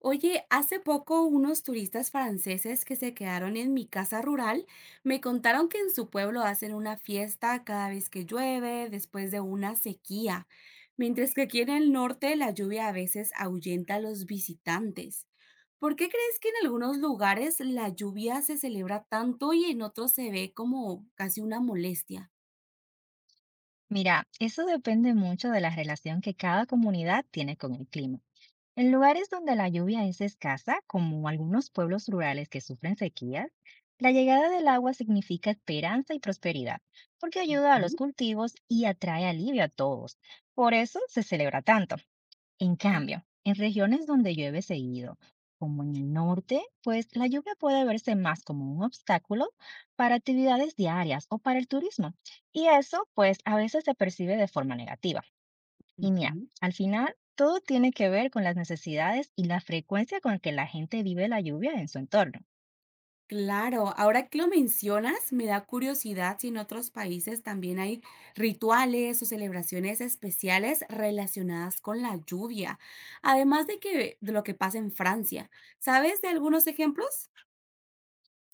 Oye, hace poco unos turistas franceses que se quedaron en mi casa rural me contaron que en su pueblo hacen una fiesta cada vez que llueve después de una sequía, mientras que aquí en el norte la lluvia a veces ahuyenta a los visitantes. ¿Por qué crees que en algunos lugares la lluvia se celebra tanto y en otros se ve como casi una molestia? Mira, eso depende mucho de la relación que cada comunidad tiene con el clima. En lugares donde la lluvia es escasa, como algunos pueblos rurales que sufren sequías, la llegada del agua significa esperanza y prosperidad, porque ayuda a los Ujú, cultivos y atrae alivio a todos. Por eso se celebra tanto. En cambio, en regiones donde llueve seguido, como en el norte, pues la lluvia puede verse más como un obstáculo para actividades diarias o para el turismo. Y eso, pues, a veces se percibe de forma negativa. Y mira, ujú. al final, todo tiene que ver con las necesidades y la frecuencia con la que la gente vive la lluvia en su entorno. Claro, ahora que lo mencionas, me da curiosidad si en otros países también hay rituales o celebraciones especiales relacionadas con la lluvia, además de que de lo que pasa en Francia. ¿Sabes de algunos ejemplos?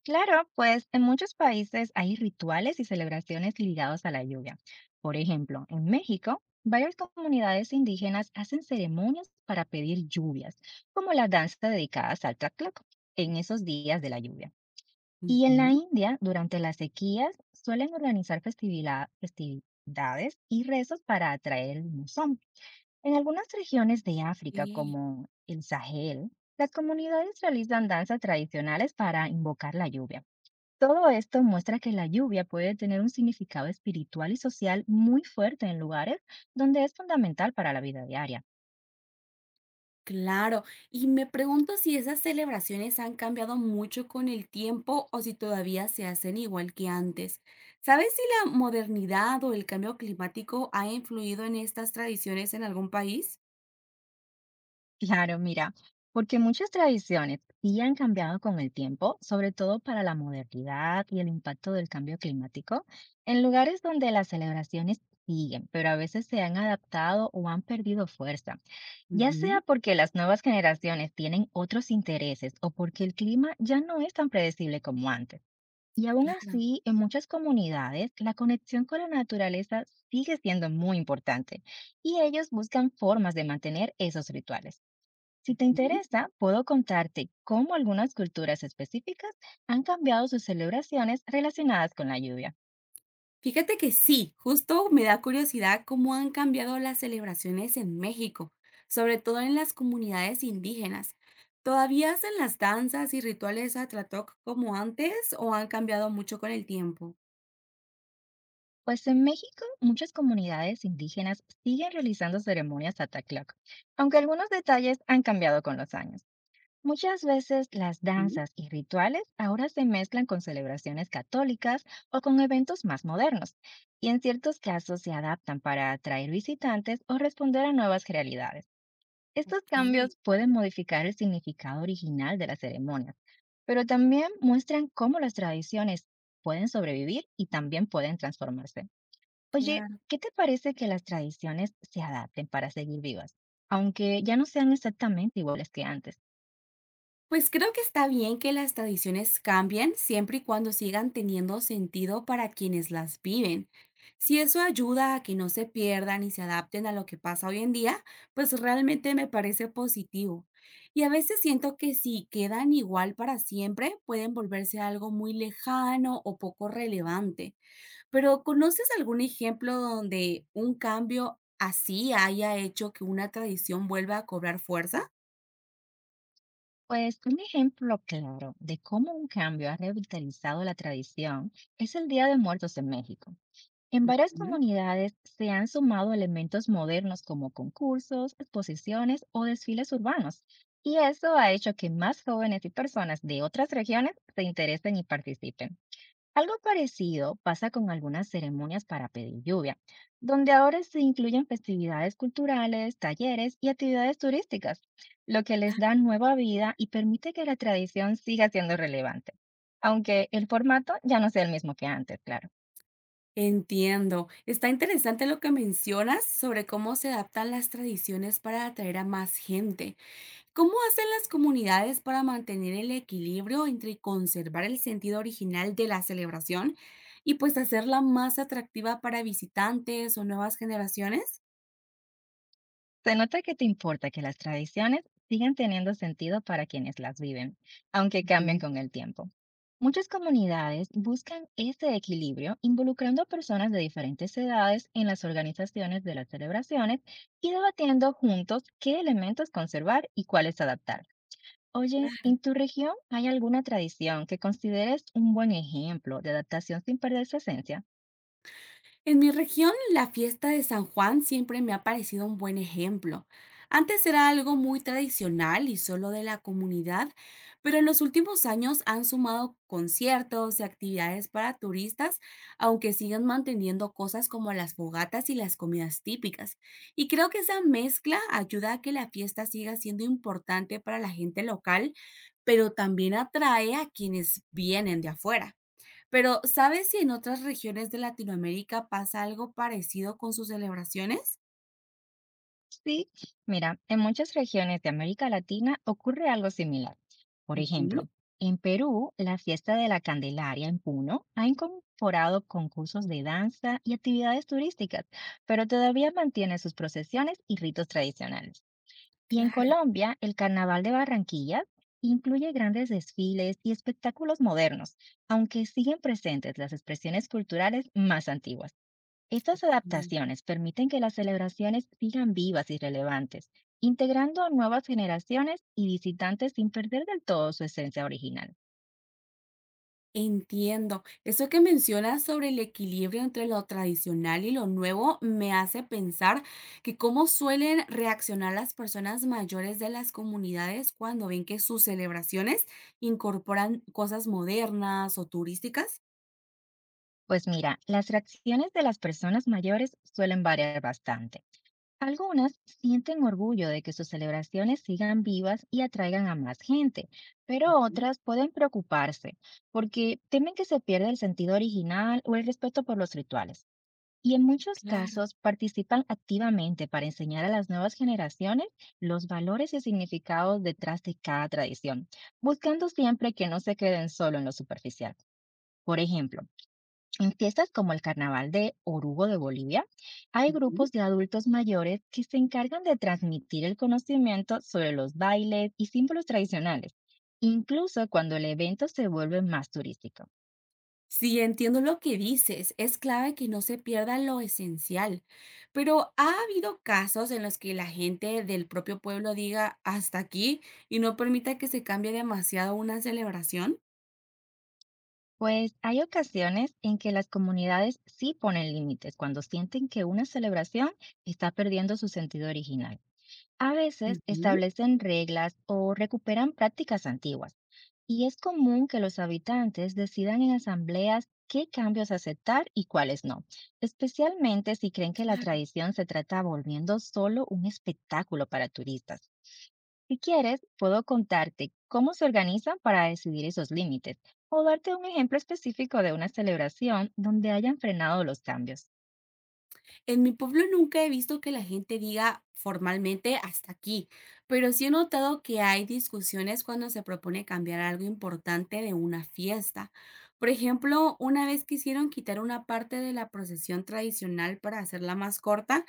Claro, pues en muchos países hay rituales y celebraciones ligados a la lluvia. Por ejemplo, en México, varias comunidades indígenas hacen ceremonias para pedir lluvias, como la danza dedicada al Tlaloc en esos días de la lluvia. Y en la Ujú. India, durante las sequías, suelen organizar festividades y rezos para atraer el monzón. En algunas regiones de África, Sí, como el Sahel, las comunidades realizan danzas tradicionales para invocar la lluvia. Todo esto muestra que la lluvia puede tener un significado espiritual y social muy fuerte en lugares donde es fundamental para la vida diaria. claro. Y me pregunto si esas celebraciones han cambiado mucho con el tiempo o si todavía se hacen igual que antes. ¿Sabes si la modernidad o el cambio climático ha influido en estas tradiciones en algún país? Claro, mira, porque muchas tradiciones sí han cambiado con el tiempo, sobre todo para la modernidad y el impacto del cambio climático, en lugares donde las celebraciones siguen, pero a veces se han adaptado o han perdido fuerza, ya sea porque las nuevas generaciones tienen otros intereses o porque el clima ya no es tan predecible como antes. Y aún Claro. así, en muchas comunidades, la conexión con la naturaleza sigue siendo muy importante y ellos buscan formas de mantener esos rituales. Si te Ujú. interesa, puedo contarte cómo algunas culturas específicas han cambiado sus celebraciones relacionadas con la lluvia. Fíjate que sí, justo me da curiosidad cómo han cambiado las celebraciones en México, sobre todo en las comunidades indígenas. ¿Todavía hacen las danzas y rituales Atlatoc como antes o han cambiado mucho con el tiempo? Pues en México, muchas comunidades indígenas siguen realizando ceremonias Atacloc, aunque algunos detalles han cambiado con los años. Muchas veces las Ujú. danzas y rituales ahora se mezclan con celebraciones católicas o con eventos más modernos, y en ciertos casos se adaptan para atraer visitantes o responder a nuevas realidades. Estos Ok, cambios pueden modificar el significado original de la ceremonia, pero también muestran cómo las tradiciones pueden sobrevivir y también pueden transformarse. Oye, claro. ¿qué te parece que las tradiciones se adapten para seguir vivas, aunque ya no sean exactamente iguales que antes? Pues creo que está bien que las tradiciones cambien siempre y cuando sigan teniendo sentido para quienes las viven. Si eso ayuda a que no se pierdan y se adapten a lo que pasa hoy en día, pues realmente me parece positivo. Y a veces siento que si quedan igual para siempre, pueden volverse algo muy lejano o poco relevante. Pero ¿conoces algún ejemplo donde un cambio así haya hecho que una tradición vuelva a cobrar fuerza? Pues un ejemplo claro de cómo un cambio ha revitalizado la tradición es el Día de Muertos en México. En varias comunidades se han sumado elementos modernos como concursos, exposiciones o desfiles urbanos, y eso ha hecho que más jóvenes y personas de otras regiones se interesen y participen. Algo parecido pasa con algunas ceremonias para pedir lluvia, donde ahora se incluyen festividades culturales, talleres y actividades turísticas, lo que les da nueva vida y permite que la tradición siga siendo relevante, aunque el formato ya no sea el mismo que antes, claro. Entiendo. Está interesante lo que mencionas sobre cómo se adaptan las tradiciones para atraer a más gente. ¿Cómo hacen las comunidades para mantener el equilibrio entre conservar el sentido original de la celebración y pues hacerla más atractiva para visitantes o nuevas generaciones? Se nota que te importa que las tradiciones sigan teniendo sentido para quienes las viven, aunque cambien Ujú. con el tiempo. Muchas comunidades buscan este equilibrio involucrando a personas de diferentes edades en las organizaciones de las celebraciones y debatiendo juntos qué elementos conservar y cuáles adaptar. Oye, ¿en tu región hay alguna tradición que consideres un buen ejemplo de adaptación sin perder su esencia? En mi región, la fiesta de San Juan siempre me ha parecido un buen ejemplo. Antes era algo muy tradicional y solo de la comunidad, pero en los últimos años han sumado conciertos y actividades para turistas, aunque siguen manteniendo cosas como las fogatas y las comidas típicas. Y creo que esa mezcla ayuda a que la fiesta siga siendo importante para la gente local, pero también atrae a quienes vienen de afuera. Pero, ¿sabes si en otras regiones de Latinoamérica pasa algo parecido con sus celebraciones? Sí, mira, en muchas regiones de América Latina ocurre algo similar. Por Ujú, ejemplo, en Perú, la fiesta de la Candelaria en Puno ha incorporado concursos de danza y actividades turísticas, pero todavía mantiene sus procesiones y ritos tradicionales. Y en claro. Colombia, el Carnaval de Barranquilla incluye grandes desfiles y espectáculos modernos, aunque siguen presentes las expresiones culturales más antiguas. Ok. Estas adaptaciones permiten que las celebraciones sigan vivas y relevantes, integrando a nuevas generaciones y visitantes sin perder del todo su esencia original. Entiendo. Eso que mencionas sobre el equilibrio entre lo tradicional y lo nuevo me hace pensar que cómo suelen reaccionar las personas mayores de las comunidades cuando ven que sus celebraciones incorporan cosas modernas o turísticas. Pues mira, las reacciones de las personas mayores suelen variar bastante. Algunas sienten orgullo de que sus celebraciones sigan vivas y atraigan a más gente, pero Ujú, otras pueden preocuparse porque temen que se pierda el sentido original o el respeto por los rituales. Y en muchos claro. casos participan activamente para enseñar a las nuevas generaciones los valores y significados detrás de cada tradición, buscando siempre que no se queden solo en lo superficial. Por ejemplo, en fiestas como el Carnaval de Orugo de Bolivia, hay Ujú. grupos de adultos mayores que se encargan de transmitir el conocimiento sobre los bailes y símbolos tradicionales, incluso cuando el evento se vuelve más turístico. Sí, entiendo lo que dices. Es clave que no se pierda lo esencial. Pero ha habido casos en los que la gente del propio pueblo diga hasta aquí y no permita que se cambie demasiado una celebración. Pues hay ocasiones en que las comunidades sí ponen límites cuando sienten que una celebración está perdiendo su sentido original. A veces establecen reglas o recuperan prácticas antiguas, y es común que los habitantes decidan en asambleas qué cambios aceptar y cuáles no, especialmente si creen que la tradición se trata volviendo solo un espectáculo para turistas. Si quieres, puedo contarte cómo se organizan para decidir esos límites o darte un ejemplo específico de una celebración donde hayan frenado los cambios. En mi pueblo nunca he visto que la gente diga formalmente hasta aquí, pero sí he notado que hay discusiones cuando se propone cambiar algo importante de una fiesta. Por ejemplo, una vez quisieron quitar una parte de la procesión tradicional para hacerla más corta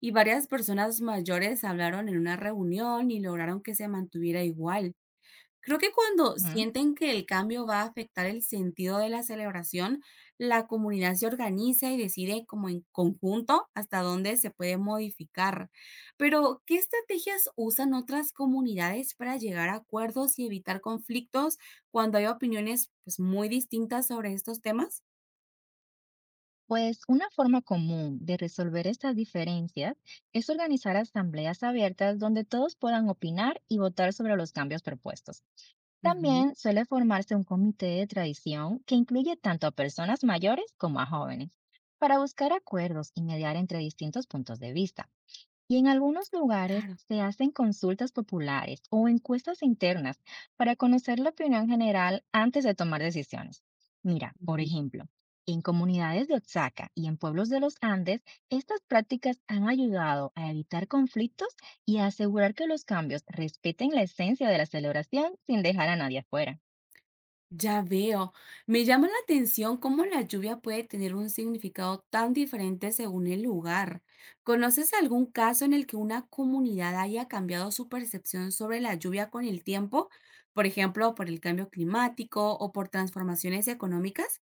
y varias personas mayores hablaron en una reunión y lograron que se mantuviera igual. Creo que cuando Ujú. sienten que el cambio va a afectar el sentido de la celebración, la comunidad se organiza y decide como en conjunto hasta dónde se puede modificar. Pero, ¿qué estrategias usan otras comunidades para llegar a acuerdos y evitar conflictos cuando hay opiniones pues, muy distintas sobre estos temas? Pues una forma común de resolver estas diferencias es organizar asambleas abiertas donde todos puedan opinar y votar sobre los cambios propuestos. Ujú, También suele formarse un comité de tradición que incluye tanto a personas mayores como a jóvenes para buscar acuerdos y mediar entre distintos puntos de vista. Y en algunos lugares claro. se hacen consultas populares o encuestas internas para conocer la opinión general antes de tomar decisiones. Mira, por ejemplo, en comunidades de Oaxaca y en pueblos de los Andes, estas prácticas han ayudado a evitar conflictos y a asegurar que los cambios respeten la esencia de la celebración sin dejar a nadie afuera. Ya veo. Me llama la atención cómo la lluvia puede tener un significado tan diferente según el lugar. ¿Conoces algún caso en el que una comunidad haya cambiado su percepción sobre la lluvia con el tiempo? Por ejemplo, por el cambio climático o por transformaciones económicas.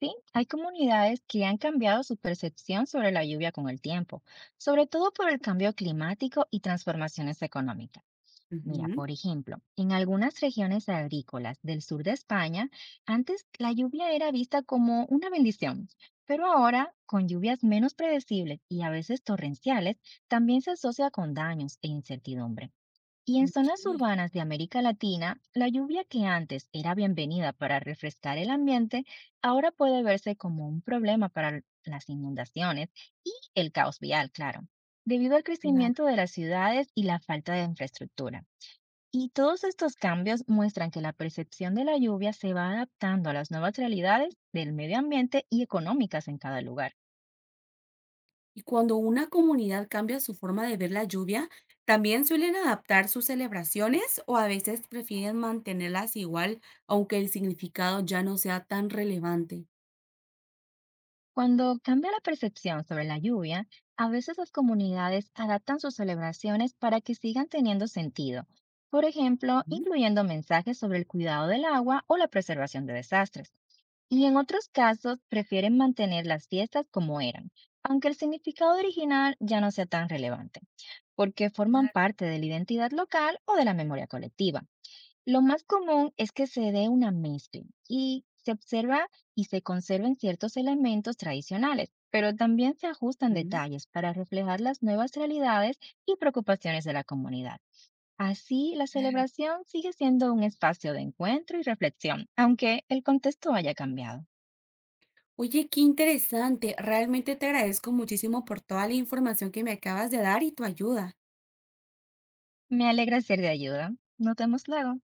Sí, hay comunidades que han cambiado su percepción sobre la lluvia con el tiempo, sobre todo por el cambio climático y transformaciones económicas. Mira, Ujú. por ejemplo, en algunas regiones agrícolas del sur de España, antes la lluvia era vista como una bendición, pero ahora, con lluvias menos predecibles y a veces torrenciales, también se asocia con daños e incertidumbre. Y en Ok, zonas urbanas de América Latina, la lluvia que antes era bienvenida para refrescar el ambiente, ahora puede verse como un problema para las inundaciones y el caos vial, claro, debido al crecimiento claro. de las ciudades y la falta de infraestructura. Y todos estos cambios muestran que la percepción de la lluvia se va adaptando a las nuevas realidades del medio ambiente y económicas en cada lugar. Y cuando una comunidad cambia su forma de ver la lluvia, también suelen adaptar sus celebraciones o a veces prefieren mantenerlas igual, aunque el significado ya no sea tan relevante. Cuando cambia la percepción sobre la lluvia, a veces las comunidades adaptan sus celebraciones para que sigan teniendo sentido, por ejemplo, Ujú, incluyendo mensajes sobre el cuidado del agua o la preservación de desastres. Y en otros casos, prefieren mantener las fiestas como eran, aunque el significado original ya no sea tan relevante, porque forman claro, parte de la identidad local o de la memoria colectiva. Lo más común es que se dé una mezcla y se observa y se conserven ciertos elementos tradicionales, pero también se ajustan ujú. detalles para reflejar las nuevas realidades y preocupaciones de la comunidad. Así, la Claro. celebración sigue siendo un espacio de encuentro y reflexión, aunque el contexto haya cambiado. Oye, qué interesante. Realmente te agradezco muchísimo por toda la información que me acabas de dar y tu ayuda. Me alegra ser de ayuda. Nos vemos luego.